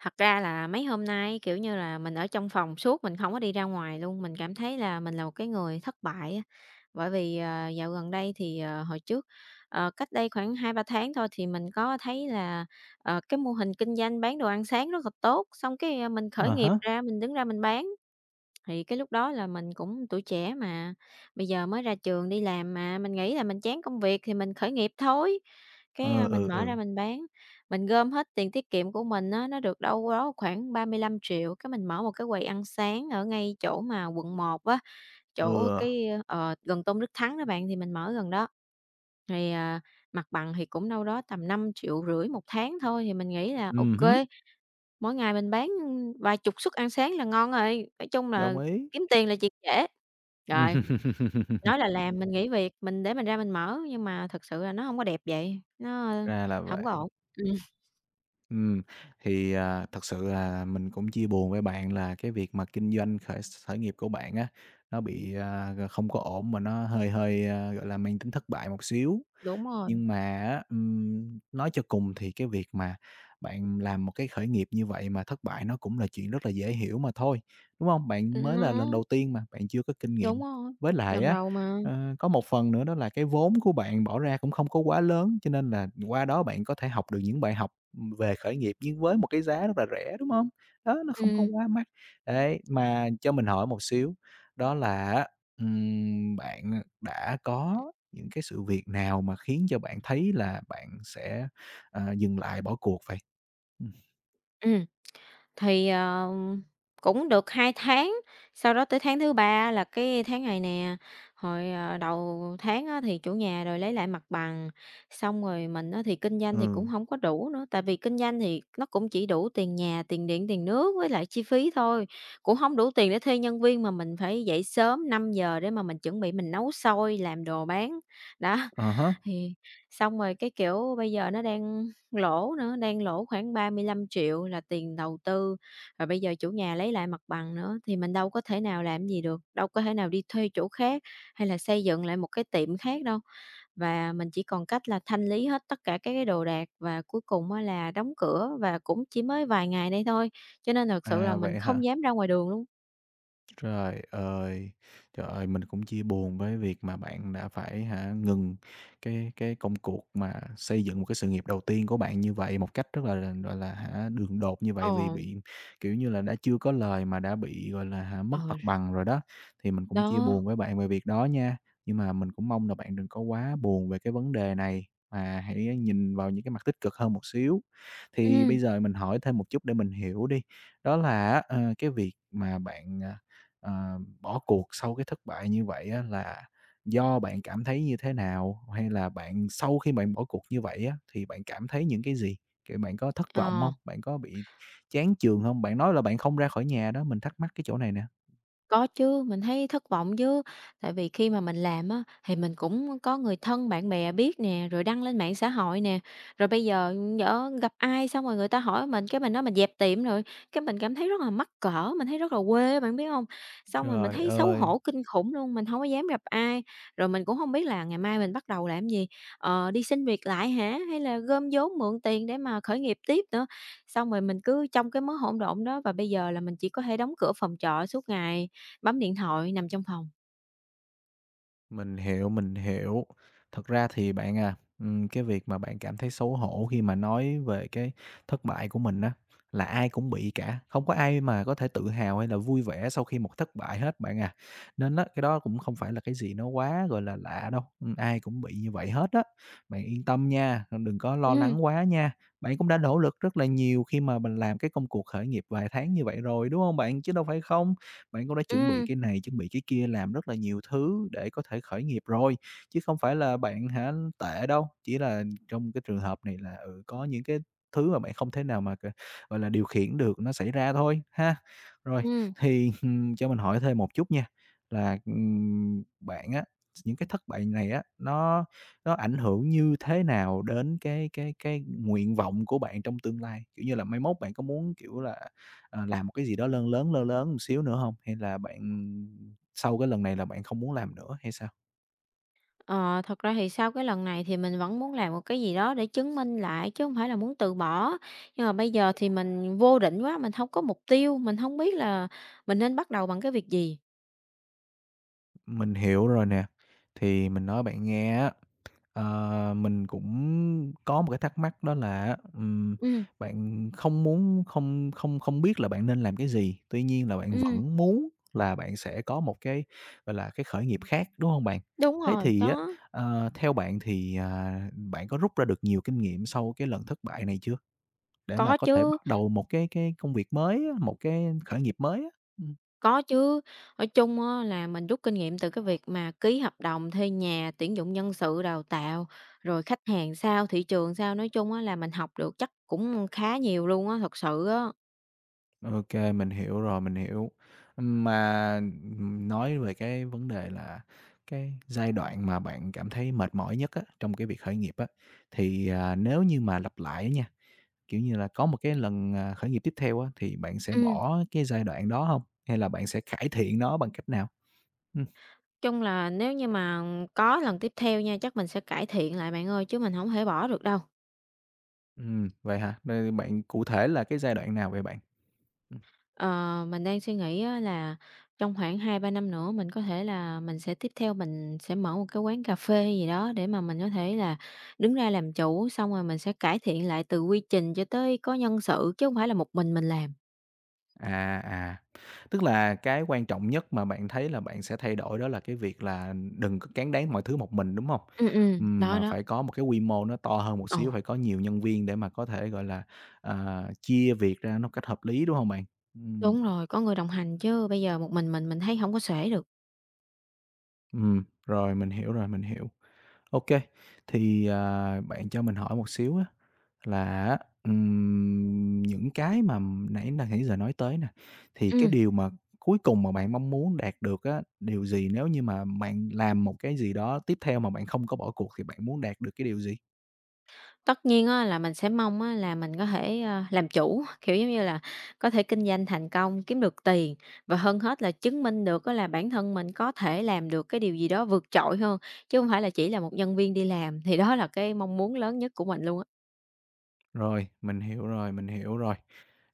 Thật ra là mấy hôm nay, kiểu như là, mình ở trong phòng suốt, mình không có đi ra ngoài luôn. Mình cảm thấy là mình là một cái người thất bại á, bởi vì, dạo gần đây thì, hồi trước, cách đây khoảng hai ba tháng thôi thì mình có thấy là, cái mô hình kinh doanh bán đồ ăn sáng rất là tốt, xong cái, mình khởi À nghiệp há, ra, mình đứng ra mình bán. Thì cái lúc đó là mình cũng tuổi trẻ mà, bây giờ mới ra trường đi làm mà, mình nghĩ là mình chán công việc thì mình khởi nghiệp thôi, cái, ừ, mình ừ, mở ừ, ra mình bán. Mình gom hết tiền tiết kiệm của mình á, nó được đâu đó khoảng ba mươi 000 triệu cái mình mở một cái quầy ăn sáng ở ngay chỗ mà Quận 1 á, ừ, chỗ ờ, cái gần Tôn Đức Thắng đó bạn, thì mình mở gần đó. Thì, mặt bằng thì cũng đâu đó tầm 5,5 triệu một tháng thôi thì mình nghĩ là hứm, OK. Mỗi ngày mình bán, vài chục suất ăn sáng là ngon rồi, nói chung là đồng ý. kiếm tiền là chuyện dễ. Rồi, Ừm, nói là làm, mình nghỉ việc, mình để mình ra mình mở, nhưng mà thực sự là nó hông có đẹp vậy, nó ra là hổng có vậy. ổn. Ừm, Ừm, thì, thật sự là mình cũng chia buồn với bạn là cái việc mà kinh doanh khởi khởi nghiệp của bạn á, nó bị, không có ổn mà nó hơi hơi, gọi là, mang tính thất bại một xíu. đúng rồi, Nhưng mà á, nói cho cùng thì cái việc mà bạn làm một cái khởi nghiệp như vậy mà thất bại nó cũng là chuyện rất là dễ hiểu mà thôi, đúng không? Bạn mới nó là lần đầu tiên mà, bạn chưa có kinh đúng nghiệm. rồi, Với lại lần á, đầu mà. Có một phần nữa đó là cái vốn của bạn bỏ ra cũng không có quá lớn, cho nên là qua đó bạn có thể học được những bài học, về khởi nghiệp nhưng với một cái giá rất là rẻ, đúng không? Đó, nó không có Ừm, quá mắc. Đấy, mà cho mình hỏi một xíu, đó là bạn đã có những cái sự việc nào mà khiến cho bạn thấy là bạn sẽ dừng lại bỏ cuộc vậy? Ừm. ừm. Thì, cũng được 2 tháng, sau đó tới tháng thứ 3 là cái tháng này nè, hồi, đầu tháng á thì chủ nhà rồi lấy lại mặt bằng, xong rồi mình á thì kinh doanh thì cũng Ừ, không có đủ nữa, tại vì kinh doanh thì nó cũng chỉ đủ tiền nhà, tiền điện, tiền nước với lại chi phí thôi, cũng không đủ tiền để thuê nhân viên mà mình phải dậy sớm 5 giờ để mà mình chuẩn bị mình nấu xôi, làm đồ bán. Đó. à há, Thì xong rồi cái, kiểu, bây giờ nó đang lỗ nữa, đang lỗ khoảng 35 triệu là tiền đầu tư, rồi bây giờ chủ nhà lấy lại mặt bằng nữa, thì mình đâu có thể nào làm gì được, đâu có thể nào đi thuê chỗ khác hay là xây dựng lại một cái tiệm khác đâu. Và mình chỉ còn cách là thanh lý hết tất cả các cái đồ đạc và cuối cùng á là đóng cửa và cũng chỉ mới vài ngày đây thôi, cho nên thật sự là à, mình vậy hả? không dám ra ngoài đường luôn. Trời ơi! Trời ơi, mình cũng chia buồn với việc mà bạn đã phải ngừng cái công cuộc mà xây dựng một cái sự nghiệp đầu tiên của bạn như vậy, một cách rất là gọi là, đường đột như vậy vì Ờ, bị, kiểu như là, đã chưa có lời mà đã bị, gọi là mất ờ, mặt bằng rồi đó. Thì mình cũng chia đó, buồn với bạn về việc đó nha, nhưng mà mình cũng mong là bạn đừng có quá buồn về cái vấn đề này, mà hãy nhìn vào những cái mặt tích cực hơn một xíu. Thì bây ừ giờ mình hỏi thêm một chút để mình hiểu đi, đó là cái việc mà bạn bỏ cuộc sau cái thất bại như vậy á là do bạn cảm thấy như thế nào? Hay là bạn sau khi bạn bỏ cuộc như vậy á, thì bạn cảm thấy những cái gì? Kiểu, bạn có thất vọng ờ. không? Bạn có bị chán chường không? Bạn nói là bạn không ra khỏi nhà đó, mình thắc mắc cái chỗ này nè. Có chứ, mình thấy thất vọng chứ. Tại vì khi mà mình làm á, thì mình cũng có người thân bạn bè biết nè, rồi đăng lên mạng xã hội nè. Rồi bây giờ nhỡ gặp ai xong rồi người ta hỏi mình, cái mình nói mình dẹp tiệm rồi, cái mình cảm thấy rất là mắc cỡ, mình thấy rất là quê, bạn biết không? Xong rồi mình Trời thấy xấu ơi! hổ kinh khủng luôn, mình không có dám gặp ai, rồi mình cũng không biết là ngày mai mình bắt đầu làm gì, đi xin việc lại hả, hay là gom vốn mượn tiền để mà khởi nghiệp tiếp nữa. Xong rồi mình cứ trong cái mớ hỗn độn đó và bây giờ là mình chỉ có thể đóng cửa phòng trọ suốt ngày. Bấm điện thoại nằm trong phòng. Mình hiểu, mình hiểu. Thật ra thì bạn à, cái việc mà bạn cảm thấy xấu hổ khi mà nói về cái thất bại của mình á, là ai cũng bị cả, không có ai mà có thể tự hào hay là vui vẻ sau khi một thất bại hết bạn à. Nên á, cái đó cũng không phải là cái gì nó quá, gọi là, lạ đâu, ai cũng bị như vậy hết á. Bạn yên tâm nha, đừng có lo Ừm, lắng quá nha. Bạn cũng đã nỗ lực rất là nhiều khi mà mình làm cái công cuộc khởi nghiệp vài tháng như vậy rồi, đúng không bạn? Chứ đâu phải không. Bạn cũng đã chuẩn bị ừm, cái này, chuẩn bị cái kia, làm rất là nhiều thứ để có thể khởi nghiệp rồi, chứ không phải là bạn tệ đâu. Chỉ là trong cái trường hợp này là, có những cái thứ mà bạn không thể nào mà, gọi là, điều khiển được nó xảy ra thôi ha. Rồi, ừm. thì, cho mình hỏi thêm một chút nha, là, bạn á, những cái thất bại này á, nó ảnh hưởng như thế nào đến cái nguyện vọng của bạn trong tương lai? Kiểu như là, mai mốt bạn có muốn, kiểu là làm một cái gì đó lớn lớn một xíu nữa không? Hay là bạn sau cái lần này là bạn không muốn làm nữa hay sao? Ờ, thật ra thì sau cái lần này thì mình vẫn muốn làm một cái gì đó để chứng minh lại chứ hông phải là muốn từ bỏ. Nhưng mà bây giờ thì mình vô định quá, mình hông có mục tiêu, mình hông biết là mình nên bắt đầu bằng cái việc gì. Mình hiểu rồi nè, thì mình nói bạn nghe á, mình cũng có một cái thắc mắc đó là ừm, Ừm, bạn không muốn không không không biết là bạn nên làm cái gì, tuy nhiên là bạn ừm. vẫn muốn là bạn sẽ có một cái, gọi là, cái khởi nghiệp khác, đúng không bạn? Đúng Thế rồi, thì á, đó, theo bạn thì, bạn có rút ra được nhiều kinh nghiệm sau cái lần thất bại này chưa? Để mà có có thể chứ, bắt đầu một cái công việc mới á, một cái khởi nghiệp mới á. Ừm. có chứ. Nói chung á là mình rút kinh nghiệm từ cái việc mà ký hợp đồng thuê nhà, tuyển dụng nhân sự đào tạo, rồi khách hàng sao, thị trường sao, nói chung á là mình học được chắc cũng khá nhiều luôn á, thật sự á. Ô mình hiểu rồi, mình hiểu. Mà, nói về cái vấn đề là cái giai đoạn mà bạn cảm thấy mệt mỏi nhất á, trong cái việc khởi nghiệp á, thì, nếu như mà lặp lại á nha, kiểu như là, có một cái lần, khởi nghiệp tiếp theo á, thì bạn sẽ Ừm, bỏ cái giai đoạn đó không? Hay là bạn sẽ cải thiện nó bằng cách nào? Ừm, chung là nếu như mà có lần tiếp theo nha, chắc mình sẽ cải thiện lại bạn ơi, chứ mình không thể bỏ được đâu. Vậy hả? Vậy bạn cụ thể là cái giai đoạn nào vậy bạn? Ờ, mình đang suy nghĩ á là trong khoảng hai ba năm nữa mình có thể là mình sẽ tiếp theo mình sẽ mở một cái quán cà phê hay gì đó để mà mình có thể là đứng ra làm chủ, xong rồi mình sẽ cải thiện lại từ quy trình cho tới có nhân sự, chứ không phải là một mình làm. À, à, tức là cái quan trọng nhất mà bạn thấy là bạn sẽ thay đổi đó là cái việc là đừng có cán đáng mọi thứ một mình, đúng không? Đó, Mà đó. phải có một cái quy mô nó to hơn một Ồ, xíu, phải có nhiều nhân viên để mà có thể, gọi là, chia việc ra nó cách hợp lý, đúng không bạn? Ừm, đúng rồi, có người đồng hành chứ bây giờ một mình thấy không có xuể được. Rồi, mình hiểu rồi, mình hiểu. OK, thì, bạn cho mình hỏi một xíu á. Là, những cái mà nãy giờ nói tới nè, thì cái Ừm. điều mà cuối cùng mà bạn mong muốn đạt được á, điều gì nếu như mà bạn làm một cái gì đó tiếp theo mà bạn không có bỏ cuộc thì bạn muốn đạt được cái điều gì? Tất nhiên á là mình sẽ mong á là mình có thể, làm chủ, kiểu, giống như là, có thể kinh doanh thành công, kiếm được tiền và hơn hết là chứng minh được á là bản thân mình có thể làm được cái điều gì đó vượt trội hơn, chứ không phải là chỉ là một nhân viên đi làm, thì đó là cái mong muốn lớn nhất của mình luôn á. Rồi, mình hiểu rồi, mình hiểu rồi.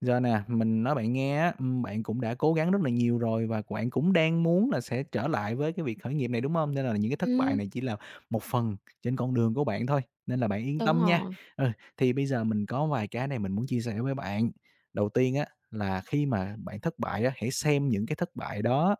Giờ nè, mình nói bạn nghe á, bạn cũng đã cố gắng rất là nhiều rồi và bạn cũng đang muốn là sẽ trở lại với cái việc khởi nghiệp này, đúng không? Nên là những cái thất bại Ừm, này chỉ là một phần trên con đường của bạn thôi, nên là bạn yên đúng tâm nha. rồi. Ừ, thì bây giờ mình có vài cái này mình muốn chia sẻ với bạn. Đầu tiên á, là khi mà bạn thất bại á, hãy xem những cái thất bại đó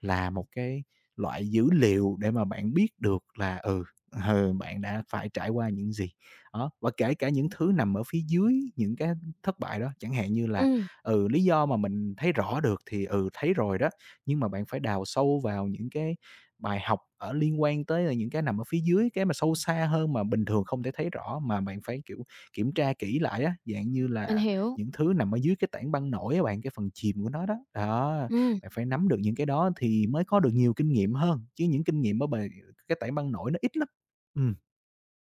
là một cái loại dữ liệu để mà bạn biết được là, bạn đã phải trải qua những gì. Đó, và kể cả những thứ nằm ở phía dưới những cái thất bại đó, chẳng hạn như là, Ừ, lý do mà mình thấy rõ được thì, thấy rồi đó, nhưng mà bạn phải đào sâu vào những cái bài học ở liên quan tới là những cái nằm ở phía dưới, cái mà sâu xa hơn mà bình thường không thể thấy rõ, mà bạn phải, kiểu, kiểm tra kỹ lại á, dạng như mình là hiểu. những thứ nằm ở dưới cái tảng băng nổi á bạn, cái phần chìm của nó đó. Đó. Ừ, Bạn phải nắm được những cái đó thì mới có được nhiều kinh nghiệm hơn, chứ những kinh nghiệm ở bài cái tảng băng nổi nó ít lắm. Ừ,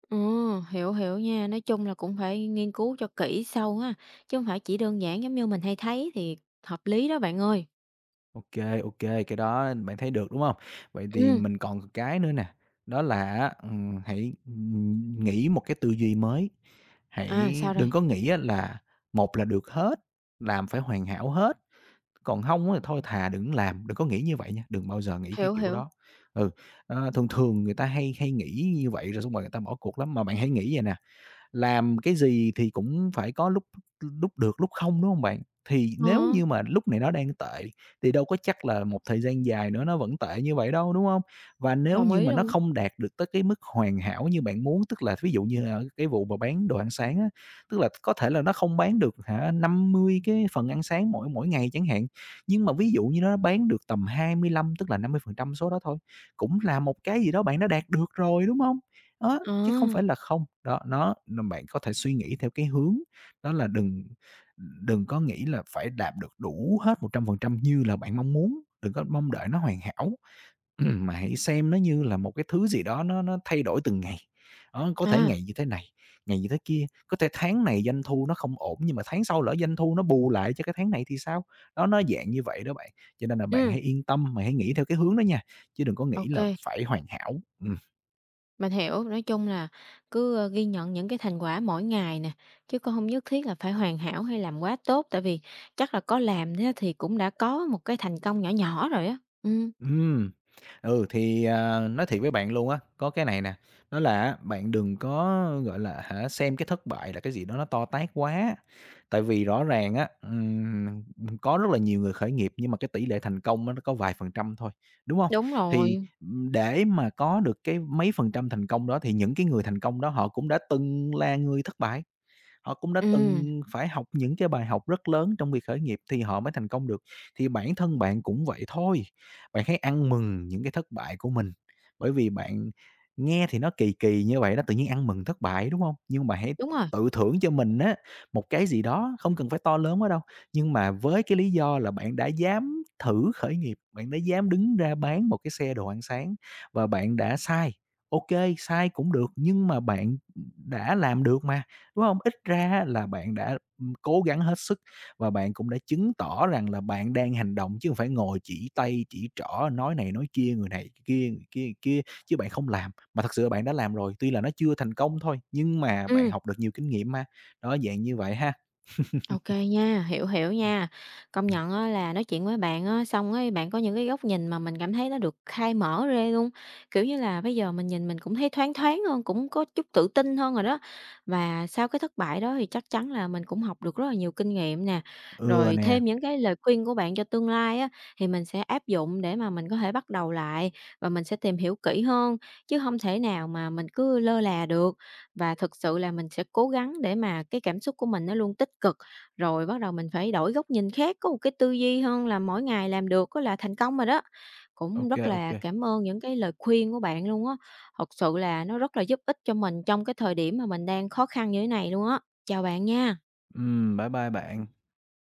ờ, hiểu, hiểu nha. Nói chung là cũng phải nghiên cứu cho kỹ sâu ha, chứ không phải chỉ đơn giản giống như mình hay thấy thì hợp lý đó bạn ơi. OK, OK, cái đó bạn thấy được, đúng không? Vậy thì Ừ, mình còn một cái nữa nè, đó là hãy, nghĩ một cái tư duy mới. à, Hãy sao rồi? đừng có nghĩ á là một là được hết, làm phải hoàn hảo hết, còn không á thì thôi thà đừng làm, đừng có nghĩ như vậy nha, đừng bao giờ nghĩ cái Hiểu, kiểu hiểu. đó. Ừ, thường thường người ta hay hay nghĩ như vậy rồi xong rồi người ta bỏ cuộc lắm, mà bạn hãy nghĩ vậy nè, làm cái gì thì cũng phải có lúc lúc được lúc không, đúng không bạn? Thì Ờ. nếu như mà lúc này nó đang tệ thì đâu có chắc là một thời gian dài nữa nó vẫn tệ như vậy đâu, đúng không? Và nếu Đồng như ý mà nó luôn. không đạt được tới cái mức hoàn hảo như bạn muốn, tức là ví dụ như ở cái vụ mà bán đồ ăn sáng á, tức là có thể là nó không bán được 50 cái phần ăn sáng mỗi mỗi ngày chẳng hạn, nhưng mà ví dụ như nó bán được tầm 25 tức là 50% số đó thôi, cũng là một cái gì đó bạn đã đạt được rồi, đúng không? Đó, chứ không À, phải là không, đó, nó bạn có thể suy nghĩ theo cái hướng đó là đừng đừng có nghĩ là phải đạt được đủ hết 100% như là bạn mong muốn, đừng có mong đợi nó hoàn hảo, mà hãy xem nó như là một cái thứ gì đó nó thay đổi từng ngày. Đó, có thể à. ngày như thế này, ngày như thế kia, có thể tháng này doanh thu nó không ổn nhưng mà tháng sau lỡ doanh thu nó bù lại cho cái tháng này thì sao? Đó, nó dạng như vậy đó bạn, cho nên là bạn Ừ, hãy yên tâm, mà hãy nghĩ theo cái hướng đó nha, chứ đừng có nghĩ OK. là phải hoàn hảo. Ừm. Mình hiểu. Nói chung là cứ, ghi nhận những cái thành quả mỗi ngày nè, chứ con không nhất thiết là phải hoàn hảo hay làm quá tốt, tại vì chắc là có làm thế thì cũng đã có một cái thành công nhỏ nhỏ rồi á. Ừm, thì, nói thiệt với bạn luôn á, có cái này nè, đó là á, bạn đừng có, gọi là xem cái thất bại là cái gì đó nó to tát quá. Tại vì rõ ràng á, có rất là nhiều người khởi nghiệp nhưng mà cái tỷ lệ thành công á, nó có vài phần trăm thôi, đúng không? Đúng Thì, rồi. Để mà có được cái mấy phần trăm thành công đó thì những cái người thành công đó họ cũng đã từng là người thất bại. Họ cũng đã Ừm, từng phải học những cái bài học rất lớn trong việc khởi nghiệp thì họ mới thành công được. Thì bản thân bạn cũng vậy thôi, bạn hãy ăn mừng những cái thất bại của mình, bởi vì bạn nghe thì nó kỳ kỳ như vậy đó, tự nhiên ăn mừng thất bại, đúng không? Nhưng mà hãy đúng rồi. tự thưởng cho mình á, một cái gì đó, không cần phải to lớn quá đâu, nhưng mà với cái lý do là bạn đã dám thử khởi nghiệp, bạn đã dám đứng ra bán một cái xe đồ ăn sáng và bạn đã sai. OK, sai cũng được, nhưng mà bạn đã làm được mà. Đúng không? Ít ra là bạn đã, cố gắng hết sức và bạn cũng đã chứng tỏ rằng là bạn đang hành động chứ không phải ngồi chỉ tay chỉ trỏ, nói này nói kia, người này kia, chứ bạn không làm. Mà thật sự bạn đã làm rồi, tuy là nó chưa thành công thôi, nhưng mà bạn Ừm. học được nhiều kinh nghiệm mà. Đó, dạng như vậy ha. OK nha, hiểu, hiểu nha. Công Ừm. nhận á là nói chuyện với bạn á, xong ấy bạn có những cái góc nhìn mà mình cảm thấy nó được khai mở ra luôn. Kiểu như là, bây giờ mình nhìn mình cũng thấy thoáng thoáng hơn, cũng có chút tự tin hơn rồi đó. Và sau cái thất bại đó thì chắc chắn là mình cũng học được rất là nhiều kinh nghiệm nè, Ừ rồi nè. thêm những cái lời khuyên của bạn cho tương lai á, thì mình sẽ áp dụng để mà mình có thể bắt đầu lại và mình sẽ tìm hiểu kỹ hơn, chứ không thể nào mà mình cứ lơ là được. Và thực sự là mình sẽ cố gắng để mà cái cảm xúc của mình nó luôn tích cực rồi bắt đầu mình phải đổi góc nhìn khác, có một cái tư duy hơn là mỗi ngày làm được có là thành công rồi đó. Cũng OK, rất OK. là cảm ơn những cái lời khuyên của bạn luôn á, thật sự là nó rất là giúp ích cho mình trong cái thời điểm mà mình đang khó khăn như thế này luôn á. Chào bạn nha. Bye bye bạn.